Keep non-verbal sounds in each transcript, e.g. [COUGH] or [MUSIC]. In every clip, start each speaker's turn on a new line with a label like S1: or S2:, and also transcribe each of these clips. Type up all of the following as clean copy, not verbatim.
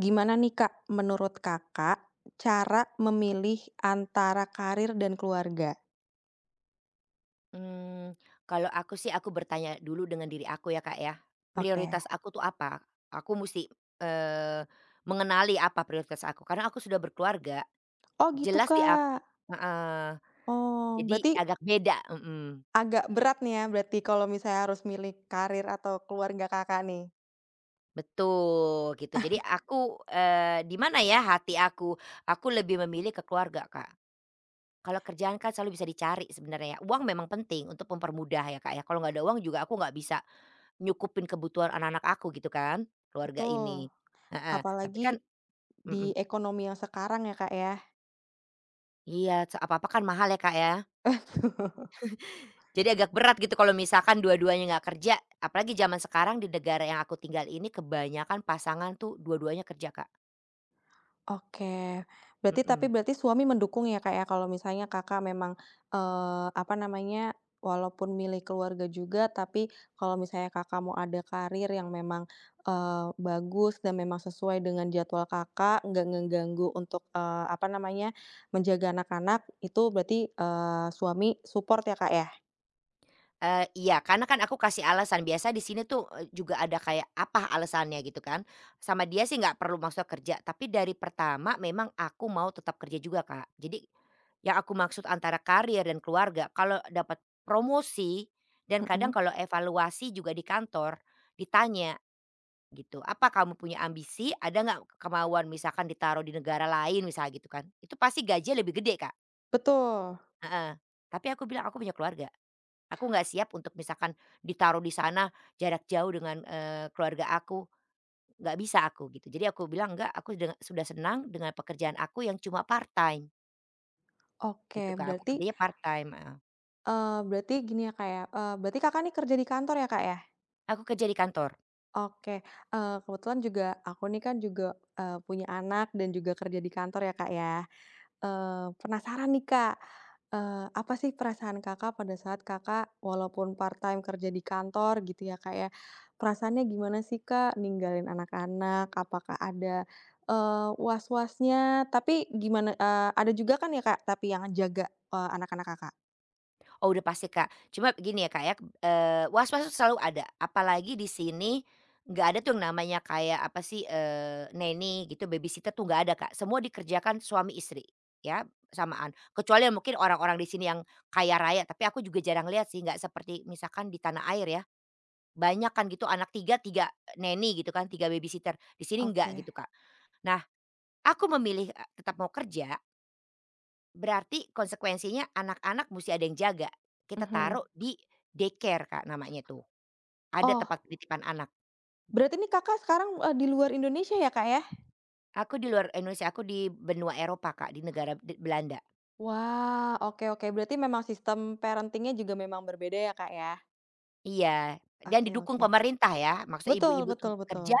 S1: Gimana nih Kak, menurut Kakak, cara memilih antara karir dan keluarga?
S2: Mmm, Kalau aku sih aku bertanya dulu dengan diri aku ya, Kak, ya.
S1: Oke.
S2: Prioritas aku tuh apa? Aku musti, eee, mengenali apa prioritas aku, karena aku sudah berkeluarga,
S1: Oh gitu
S2: jelas di ak
S1: Kak.
S2: heeh.
S1: Oh,
S2: Jadi
S1: berarti
S2: agak beda, mhm,
S1: agak berat nih ya, berarti kalau misalnya harus milih karir atau keluarga Kakak nih?
S2: betul gitu. Jadi aku, di mana ya hati aku? Aku lebih memilih ke keluarga, Kak. Kalau kerjaan kan selalu bisa dicari sebenarnya ya, uang memang penting untuk mempermudah ya, Kak, ya, kalau nggak ada uang juga aku nggak bisa nyukupin kebutuhan anak-anak aku gitu kan, keluarga ini,
S1: Betul.
S2: heeh, tapi kan,
S1: Apalagi di
S2: mhm.
S1: ekonomi yang sekarang ya Kak ya?
S2: Iya, se apa-apa kan mahal ya, Kak, ya. Jadi agak berat gitu kalau misalkan dua-duanya nggak kerja, apalagi zaman sekarang di negara yang aku tinggal ini kebanyakan pasangan tuh dua-duanya kerja, Kak,
S1: Oke. Berarti tapi
S2: mhm.
S1: berarti suami mendukung ya, Kak, ya, kalau misalnya Kakak memang, apa namanya, walaupun milih keluarga juga, tapi kalau misalnya Kakak mau ada karir yang memang, bagus dan memang sesuai dengan jadwal Kakak, nggak ngeganggu untuk, apa namanya, menjaga anak-anak, itu berarti, suami support ya, Kak, ya?
S2: Iya, karena kan aku kasih alasan, biasa di sini tuh, juga ada kayak apa alasannya gitu kan. Sama dia sih nggak perlu maksudnya kerja, tapi dari pertama memang aku mau tetap kerja juga, Kak. Jadi yang aku maksud antara karier dan keluarga, kalau dapat promosi dan kadang
S1: Mhm.
S2: kalau evaluasi juga di kantor ditanya gitu, "Apa kamu punya ambisi? Ada nggak kemauan misalkan ditaruh di negara lain?" Misalnya gitu kan. Itu pasti gajinya lebih gede, Kak,
S1: Betul.
S2: heeh. Tapi aku bilang, "Aku punya keluarga." Aku nggak siap untuk misalkan ditaruh di sana jarak jauh dengan, keluarga aku, nggak bisa aku gitu. Jadi aku bilang, "Enggak, aku sudah senang dengan pekerjaan aku yang cuma part-time,"
S1: Oke,
S2: gitu Kak, aku
S1: berarti,
S2: kerjanya part-time, heeh.
S1: eee, berarti gini ya, Kak, ya, berarti Kakak nih kerja di kantor ya, Kak, ya?
S2: Aku kerja di kantor.
S1: Oke, kebetulan juga aku nih kan juga, punya anak dan juga kerja di kantor ya, Kak, ya. Penasaran nih, Kak, apa sih perasaan Kakak pada saat Kakak walaupun part-time kerja di kantor gitu ya, Kak, ya. Perasaannya gimana sih, Kak, ninggalin anak-anak? Apakah ada, was-wasnya? Tapi gimana ada juga kan ya, Kak, tapi yang jaga, anak-anak Kakak?
S2: Oh udah pasti Kak, cuma gini ya Kak ya, was-was tuh selalu ada, apalagi di sini nggak ada tuh yang namanya kayak apa sih, nanny gitu, babysitter tuh nggak ada Kak, semua dikerjakan suami istri ya samaan. Kecuali yang mungkin orang-orang di sini yang kaya raya, tapi aku juga jarang lihat sih, nggak seperti misalkan di tanah air ya, banyak kan gitu anak 3 3 nanny gitu kan, 3 babysitter, di sini
S1: Oke,
S2: nggak gitu Kak. Nah, aku memilih, tetap mau kerja. Berarti konsekuensinya anak-anak mesti ada yang jaga. Kita
S1: mhm.
S2: taruh di daycare, Kak, namanya tuh. Ada tempat
S1: Oh,
S2: penitipan anak.
S1: berarti ini Kakak sekarang, di luar Indonesia ya, Kak, ya?
S2: Aku di luar Indonesia, aku di benua Eropa, Kak, di negara Belanda.
S1: Wah, oke oke. Berarti memang sistem parenting-nya juga memang berbeda ya, Kak, ya?
S2: Iya, dan
S1: Oke
S2: didukung
S1: oke.
S2: pemerintah ya, maksudnya
S1: Betul
S2: ibu-ibu tuh
S1: betul betul.
S2: kerja,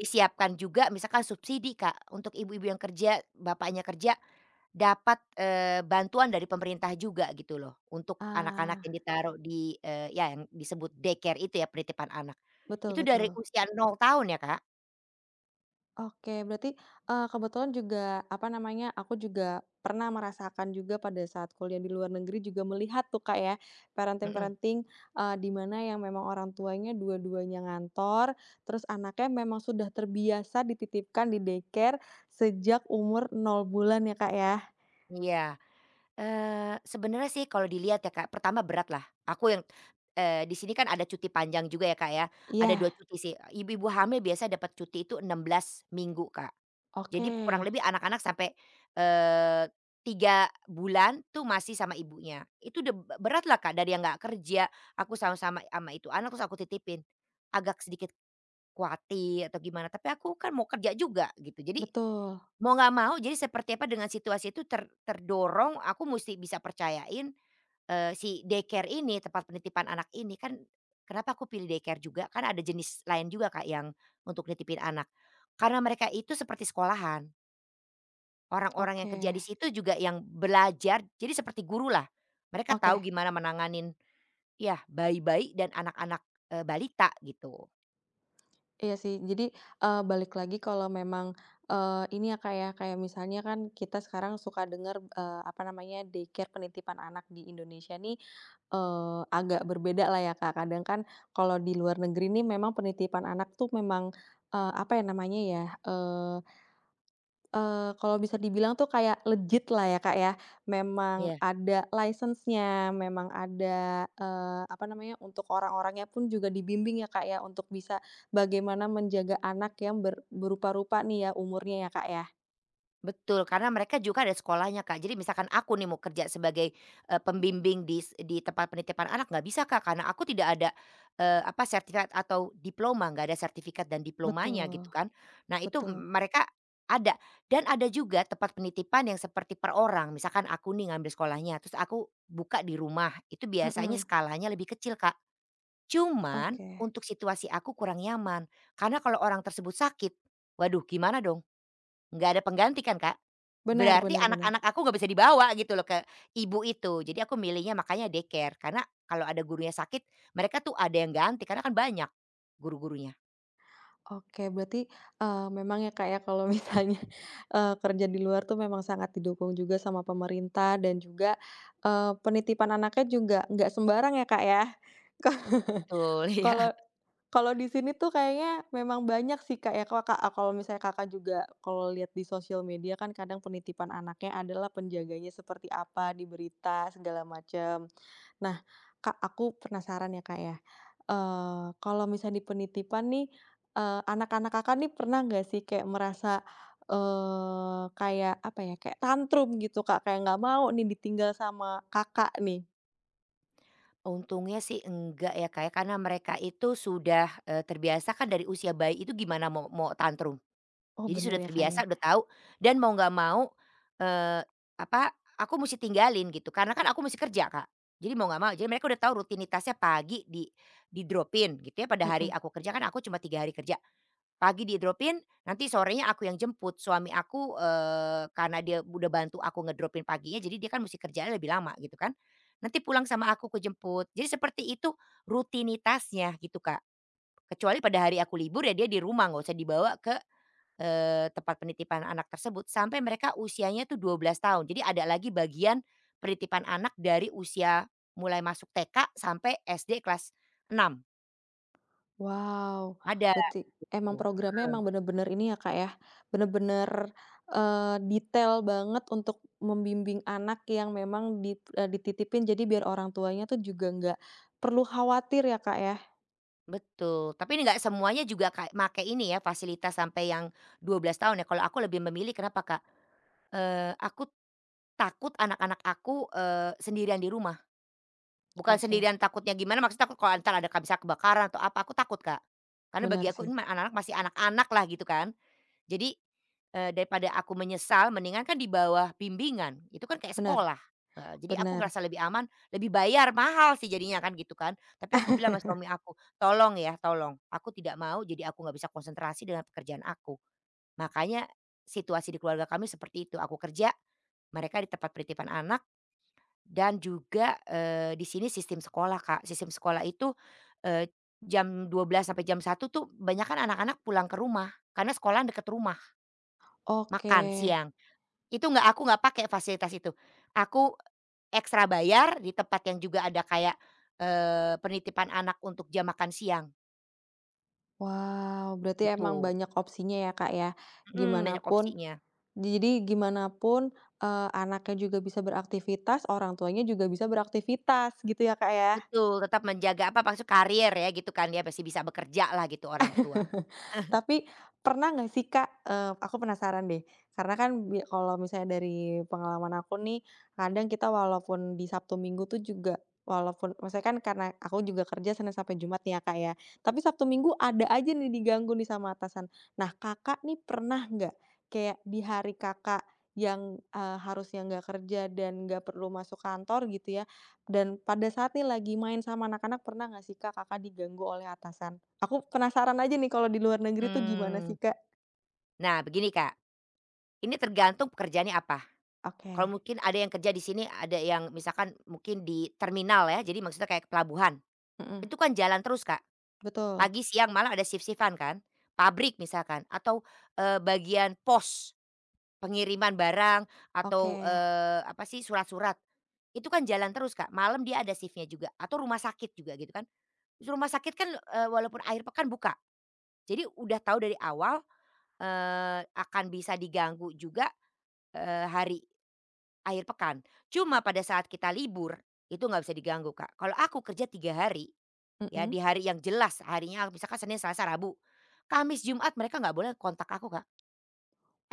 S2: disiapkan juga misalkan subsidi, Kak, untuk ibu-ibu yang kerja, bapaknya kerja, dapat, bantuan dari pemerintah juga gitu loh, untuk anak-anak
S1: Ah,
S2: yang ditaruh di, ya yang disebut daycare itu ya, penitipan anak.
S1: betul
S2: Itu dari
S1: betul.
S2: usia 0 tahun ya, Kak?
S1: Oke, berarti, kebetulan juga, apa namanya, aku juga pernah merasakan juga pada saat kuliah di luar negeri juga melihat tuh, Kak, ya,
S2: Mhm.
S1: parenting-parenting, di mana yang memang orang tuanya dua-duanya ngantor, terus anaknya memang sudah terbiasa dititipkan di daycare sejak umur nol bulan ya, Kak, ya?
S2: Iya, sebenarnya sih kalau dilihat ya Kak, pertama berat lah, aku yang, di sini kan ada cuti panjang juga ya Kak ya, ada 2
S1: Iya,
S2: cuti sih, ibu-ibu hamil biasanya dapat cuti itu 16 minggu Kak. Jadi
S1: oke.
S2: kurang lebih anak-anak sampai, eee, 3 bulan tuh masih sama ibunya, itu udah berat lah Kak dari yang nggak kerja, aku sama-sama sama itu anak, terus aku titipin, agak sedikit kuatir atau gimana, tapi aku kan mau kerja juga gitu. Jadi,
S1: Betul,
S2: mau nggak mau jadi seperti apa dengan situasi itu terdorong aku mesti bisa percayain, si daycare ini, tempat penitipan anak ini kan kenapa aku pilih daycare juga, kan ada jenis lain juga Kak yang untuk nitipin anak. Karena mereka itu seperti sekolahan, orang-orang yang
S1: oke
S2: kerja di situ juga yang belajar, jadi seperti gurulah. Mereka
S1: oke,
S2: tahu gimana menanganin, ya bayi-bayi dan anak-anak, balita gitu.
S1: iya sih. Jadi, balik lagi kalau memang, ini ya, kayak kayak misalnya kan kita sekarang suka dengar, apa namanya, daycare penitipan anak di Indonesia nih, agak berbeda lah ya, Kak. Kadang kan kalau di luar negeri nih memang penitipan anak tuh memang, apa ya namanya ya. Kalau bisa dibilang tuh kayak legit lah ya, Kak, ya. Memang
S2: Iya.
S1: ada license-nya, memang ada, apa namanya, untuk orang-orangnya pun juga dibimbing ya, Kak, ya, untuk bisa bagaimana menjaga anak yang berupa-rupa nih ya umurnya ya, Kak, ya?
S2: Betul, karena mereka juga ada sekolahnya, Kak. Jadi misalkan aku nih mau kerja sebagai, pembimbing di tempat penitipan anak nggak bisa, Kak, karena aku tidak ada, apa, sertifikat atau diploma, nggak ada sertifikat dan diplomanya gitu
S1: Betul
S2: kan. Nah itu
S1: betul,
S2: mereka ada, dan ada juga tempat penitipan yang seperti per orang. Misalkan aku nih ngambil sekolahnya, terus aku buka di rumah, itu biasanya
S1: mhm,
S2: skalanya lebih kecil, Kak. Cuman
S1: oke.
S2: untuk situasi aku kurang nyaman, karena kalau orang tersebut sakit, waduh gimana dong? Nggak ada pengganti kan, Kak.
S1: Benar
S2: Berarti
S1: benar benar.
S2: anak-anak aku nggak bisa dibawa gitu loh ke ibu itu. Jadi aku milihnya makanya daycare, karena kalau ada gurunya sakit, mereka tuh ada yang ganti karena kan banyak guru-gurunya.
S1: Oke, berarti, memang ya, Kak, ya, kalau misalnya, [LAUGHS] kerja di luar tuh memang sangat didukung juga sama pemerintah dan juga, penitipan anaknya juga nggak sembarang ya, Kak, ya? Ka
S2: Betul, [LAUGHS]
S1: kalau
S2: iya.
S1: kalau di sini tuh kayaknya memang banyak sih, Kak, ya, Kakak kalau misalnya Kakak juga kalau lihat di sosial media kan kadang penitipan anaknya adalah penjaganya seperti apa di berita segala macam. Nah, Kak, aku penasaran ya, Kak, ya, kalau misalnya di penitipan nih, anak-anak Kakak nih pernah nggak sih kayak merasa, kayak apa ya, kayak tantrum gitu, Kak, kayak nggak mau nih ditinggal sama Kakak nih?
S2: Untungnya sih enggak ya, Kak, ya, karena mereka itu sudah, terbiasa kan dari usia bayi itu gimana mau mau tantrum.
S1: Oh,
S2: Jadi sudah
S1: bener ya, Kak, ya?
S2: terbiasa, udah tahu dan mau nggak mau, eee, apa, aku mesti tinggalin gitu karena kan aku mesti kerja, Kak. Jadi mau nggak mau, jadi mereka udah tahu rutinitasnya pagi di dropin gitu ya pada hari
S1: Mhm.
S2: aku kerja kan aku cuma 3 hari kerja. Pagi di dropin, nanti sorenya aku yang jemput. Suami aku, karena dia udah bantu aku ngedropin paginya jadi dia kan mesti kerjanya lebih lama gitu kan. Nanti pulang sama aku ku jemput. Jadi seperti itu rutinitasnya gitu, Kak. Kecuali pada hari aku libur ya dia di rumah nggak usah dibawa ke tempat penitipan anak tersebut sampai mereka usianya tuh 12 tahun. Jadi ada lagi bagian penitipan anak dari usia mulai masuk TK sampai SD kelas 6
S1: Wow,
S2: ada
S1: berarti emang
S2: gitu.
S1: programnya emang bener-bener ini ya, Kak, ya, bener-bener, detail banget untuk membimbing anak yang memang dititipin jadi biar orang tuanya tuh juga nggak perlu khawatir ya, Kak, ya?
S2: Betul, tapi ini nggak semuanya juga kayak make ini ya fasilitas sampai yang 12 tahun ya, kalau aku lebih memilih kenapa Kak, aku takut anak-anak aku, sendirian di rumah. Bukan
S1: Oke,
S2: sendirian takutnya gimana, maksud takut kalau entar ada bisa kebakaran atau apa, aku takut Kak. Karena bagi
S1: benar
S2: aku
S1: sih,
S2: ini mah anak-anak masih anak-anak lah gitu kan. Jadi, daripada aku menyesal mendingan kan di bawah bimbingan, itu kan kayak
S1: benar,
S2: sekolah, heeh. Jadi aku
S1: benar.
S2: ngerasa lebih aman, lebih bayar mahal sih jadinya kan gitu kan. Tapi aku
S1: [LAUGHS]
S2: bilang sama suami aku, "Tolong ya, tolong, aku tidak mau jadi aku nggak bisa konsentrasi dengan pekerjaan aku." Makanya situasi di keluarga kami seperti itu, aku kerja, mereka di tempat penitipan anak dan juga, di sini sistem sekolah, Kak. Sistem sekolah itu, eee, jam 12 sampai jam 1 tuh banyak kan anak-anak pulang ke rumah, karena sekolah deket rumah.
S1: Oke,
S2: Makan siang, itu nggak aku nggak pakai fasilitas itu. Aku ekstra bayar di tempat yang juga ada kayak, penitipan anak untuk jam makan siang,
S1: wow, berarti emang
S2: gitu.
S1: banyak opsinya ya, Kak, ya?
S2: Mhm,
S1: Gimana
S2: banyak
S1: pun
S2: opsinya.
S1: gimana pun, anaknya juga bisa beraktivitas, orang tuanya juga bisa beraktivitas gitu ya, Kak, ya?
S2: Betul, tetap menjaga apa, maksud karier ya gitu kan, dia masih bisa bekerja lah gitu orang tua.
S1: [LAUGHS] Tapi pernah nggak sih, Kak, aku penasaran deh, karena kan kalau misalnya dari pengalaman aku nih, kadang kita walaupun di Sabtu Minggu tuh juga walaupun maksudnya kan karena aku juga kerja Senin sampai Jumat nih ya, Kak, ya, tapi Sabtu Minggu ada aja nih diganggu nih sama atasan. Nah, Kakak nih pernah nggak kayak di hari Kakak yang, harusnya nggak kerja dan nggak perlu masuk kantor gitu ya, dan pada saat nih lagi main sama anak-anak, pernah nggak sih, Kak, Kakak diganggu oleh atasan? Aku penasaran aja nih kalau di luar negeri tuh gimana sih,
S2: Mmm,
S1: Kak?
S2: nah begini Kak, ini tergantung pekerjaannya apa.
S1: Oke,
S2: Kalau mungkin ada yang kerja di sini, ada yang misalkan mungkin di terminal ya, jadi maksudnya kayak pelabuhan,
S1: mhm.
S2: itu kan jalan terus Kak.
S1: Betul,
S2: Pagi, siang, malam ada shift shiftan kan, pabrik misalkan atau, bagian pos, pengiriman barang atau,
S1: oke.
S2: apa sih, surat-surat. Itu kan jalan terus, Kak, malam dia ada shiftnya juga atau rumah sakit juga gitu kan. Terus rumah sakit kan, walaupun akhir pekan buka, jadi udah tahu dari awal, akan bisa diganggu juga, hari akhir pekan. Cuma pada saat kita libur, itu nggak bisa diganggu, Kak. Kalau aku kerja 3 hari, ya
S1: Mhm.
S2: di hari yang jelas, harinya misalkan Senin, Selasa, Rabu. Kamis, Jumat mereka nggak boleh kontak aku, Kak.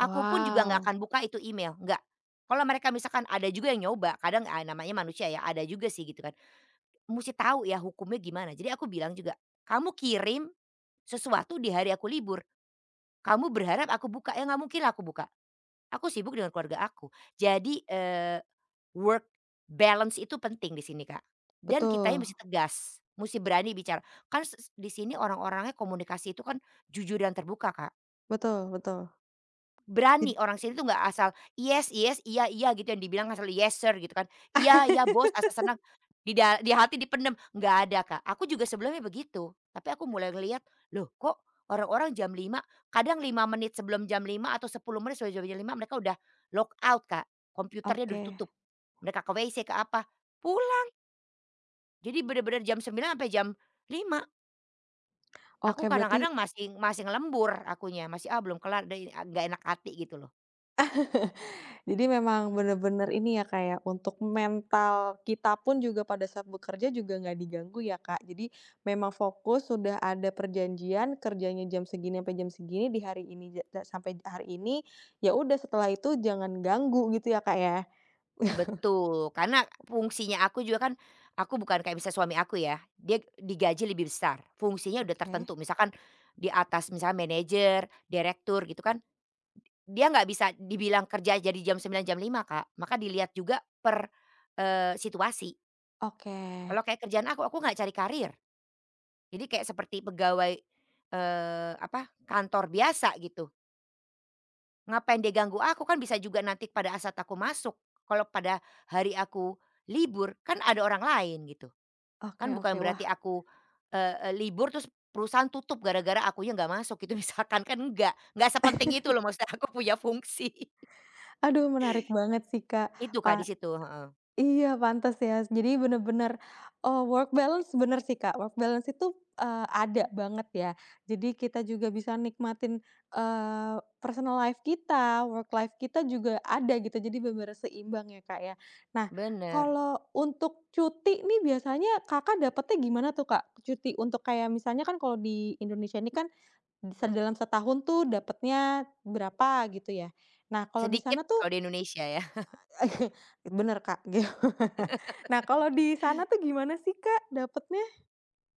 S2: Aku pun juga nggak akan buka itu email, nggak. Kalau mereka misalkan ada juga yang nyoba, kadang, namanya manusia ya, ada juga sih gitu kan. Mesti tahu ya hukumnya gimana. Jadi aku bilang juga, "Kamu kirim sesuatu di hari aku libur, kamu berharap aku buka? Ya nggak mungkin lah aku buka. Aku sibuk dengan keluarga aku." Jadi, work balance itu penting di sini, Kak, dan kitanya
S1: betul
S2: mesti tegas, mesti berani bicara. Kan di sini orang-orangnya komunikasi itu kan jujur dan terbuka, Kak.
S1: betul betul. Jed
S2: Berani orang sini tuh nggak asal, "Yes, yes, iya, iya," gitu yang dibilang asal, "Yes, sir," gitu kan, "Iya, iya, bos,"
S1: [LAUGHS]
S2: asal senang, di hati dipendem nggak ada, Kak. Aku juga sebelumnya begitu, tapi aku mulai ngelihat, loh kok orang-orang jam 5 kadang 5 menit sebelum jam 5 atau 10 menit sebelum jam 5 mereka udah lock out, Kak, komputernya udah
S1: Oke
S2: ditutup. Mereka ke WC, ke apa, pulang. Jadi bener-bener jam 9 sampai jam 5. Aku
S1: oke, berarti
S2: kadang-kadang masih masih ngelembur akunya, masih, "Ah, belum kelar," nggak enak hati gitu loh.
S1: jadi memang bener-bener ini ya, Kak, ya, untuk mental kita pun juga pada saat bekerja juga nggak diganggu ya, Kak? Jadi memang fokus sudah ada perjanjian kerjanya jam segini sampai jam segini di hari ini ja da sampai hari ini, ya udah setelah itu jangan ganggu gitu ya, Kak, ya?
S2: Betul, karena fungsinya aku juga kan, aku bukan kayak misalnya suami aku ya, dia digaji lebih besar, fungsinya udah
S1: Oke.
S2: tertentu. Misalkan di atas misalnya manajer, direktur gitu kan, dia nggak bisa dibilang kerja jadi jam 9 jam 5 Kak. Maka dilihat juga per, situasi.
S1: Oke
S2: Kalau kayak kerjaan aku nggak cari karir. Jadi kayak seperti pegawai, apa, kantor biasa gitu. Ngapain dia ganggu aku, kan bisa juga nanti pada saat aku masuk, kalau pada hari aku libur, kan ada orang lain gitu.
S1: oke
S2: Kan bukan
S1: oke. Wah,
S2: berarti aku, eee eee, libur terus perusahaan tutup gara-gara aku akunya nggak masuk itu [LAUGHS] misalkan, kan enggak. Nggak sepenting itu loh maksudnya aku punya fungsi. [LAUGHS]
S1: aduh menarik banget sih, Kak.
S2: Itu Kak, di
S1: Pa
S2: situ, heeh.
S1: iya pantas ya. Jadi bener-bener, work balance bener sih, Kak. Work balance itu, ada banget ya. Jadi kita juga bisa nikmatin, eee, personal life kita, work life kita juga ada gitu. Jadi bener-bener seimbang ya, Kak, ya. Nah,
S2: Bener,
S1: kalau untuk cuti nih biasanya Kakak dapetnya gimana tuh, Kak? Cuti untuk kayak misalnya kan kalau di Indonesia ini kan dalam setahun tuh dapatnya berapa gitu ya. Nah kalau di
S2: sedikit
S1: sana
S2: kalau di
S1: tuh.
S2: Indonesia ya.
S1: [LAUGHS] Bener Kak, gitu. [LAUGHS] Nah kalau di sana tuh gimana sih Kak dapatnya?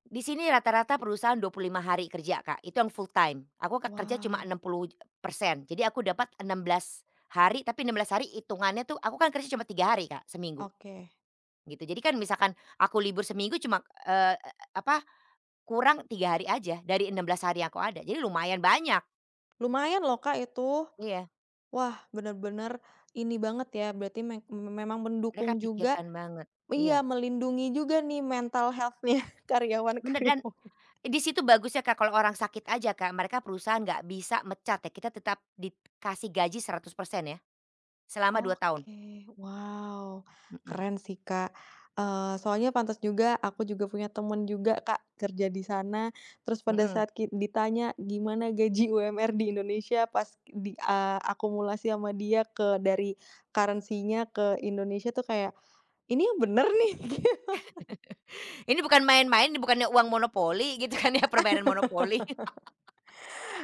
S2: Di sini rata-rata perusahaan 25 hari kerja, Kak, itu yang full time. Aku kerja cuma enam
S1: Wow,
S2: puluh persen Jadi aku dapat 16 hari, tapi 16 hari hitungannya tuh aku kan kerja cuma 3 hari, Kak, seminggu
S1: oke.
S2: gitu. Jadi kan misalkan aku libur seminggu cuma, apa, kurang 3 hari aja dari 16 hari yang aku ada. Jadi lumayan banyak.
S1: Lumayan loh Kak itu.
S2: Iya,
S1: Wah bener-bener ini banget ya, berarti memang mendukung
S2: mereka
S1: juga,
S2: pikirkan banget.
S1: iya,
S2: Iya,
S1: melindungi juga nih mental health-nya [LAUGHS]
S2: bener dan
S1: karyawan-karyawan.
S2: di situ bagusnya, Kak, kalau orang sakit aja, Kak, mereka perusahaan nggak bisa mecat ya, kita tetap dikasih gaji 100% ya selama 2 tahun.
S1: Oke, wow,
S2: Mhm,
S1: keren sih, Kak. Soalnya pantas juga, aku juga punya temen juga, Kak, kerja di sana, terus pada
S2: mhm.
S1: saat ditanya gimana gaji UMR di Indonesia pas di akumulasi sama dia dari currency-nya ke Indonesia tuh kayak, "Ini yang bener nih." [LAUGHS]
S2: [LAUGHS] Ini bukan main-main, ini bukannya uang monopoli [LAUGHS] gitu kan ya, permainan monopoli. [LAUGHS]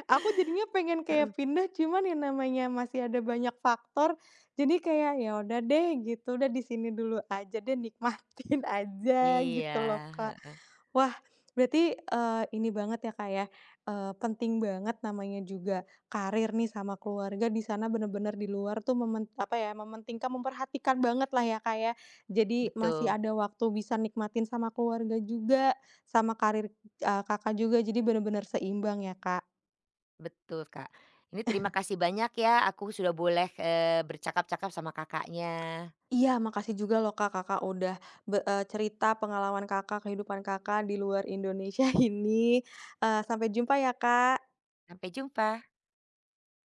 S1: Aku jadinya pengen
S2: Heeh.
S1: kayak pindah, cuman yang namanya masih ada banyak faktor, jadi kayak, "Ya udah deh," gitu, "udah di sini dulu aja deh, nikmatin [LAUGHS] aja,"
S2: Iya,
S1: gitu loh, Kak.
S2: heeh.
S1: Wah, berarti, ini banget ya, Kak, ya, penting banget namanya juga karir nih sama keluarga di sana bener-bener di luar tuh apa ya, mementingkan, memperhatikan banget lah ya, Kak, ya. Jadi masih
S2: Betul,
S1: ada waktu bisa nikmatin sama keluarga juga, sama karir, Kakak juga, jadi bener-bener seimbang ya, Kak.
S2: betul, Kak. Ini terima kasih banyak ya, aku sudah boleh, bercakap-cakap sama Kakaknya.
S1: Iya, makasih juga loh, Kak, Kakak udah cerita pengalaman Kakak, kehidupan Kakak di luar Indonesia [LAUGHS] ini. Sampai jumpa ya, Kak.
S2: Sampai jumpa.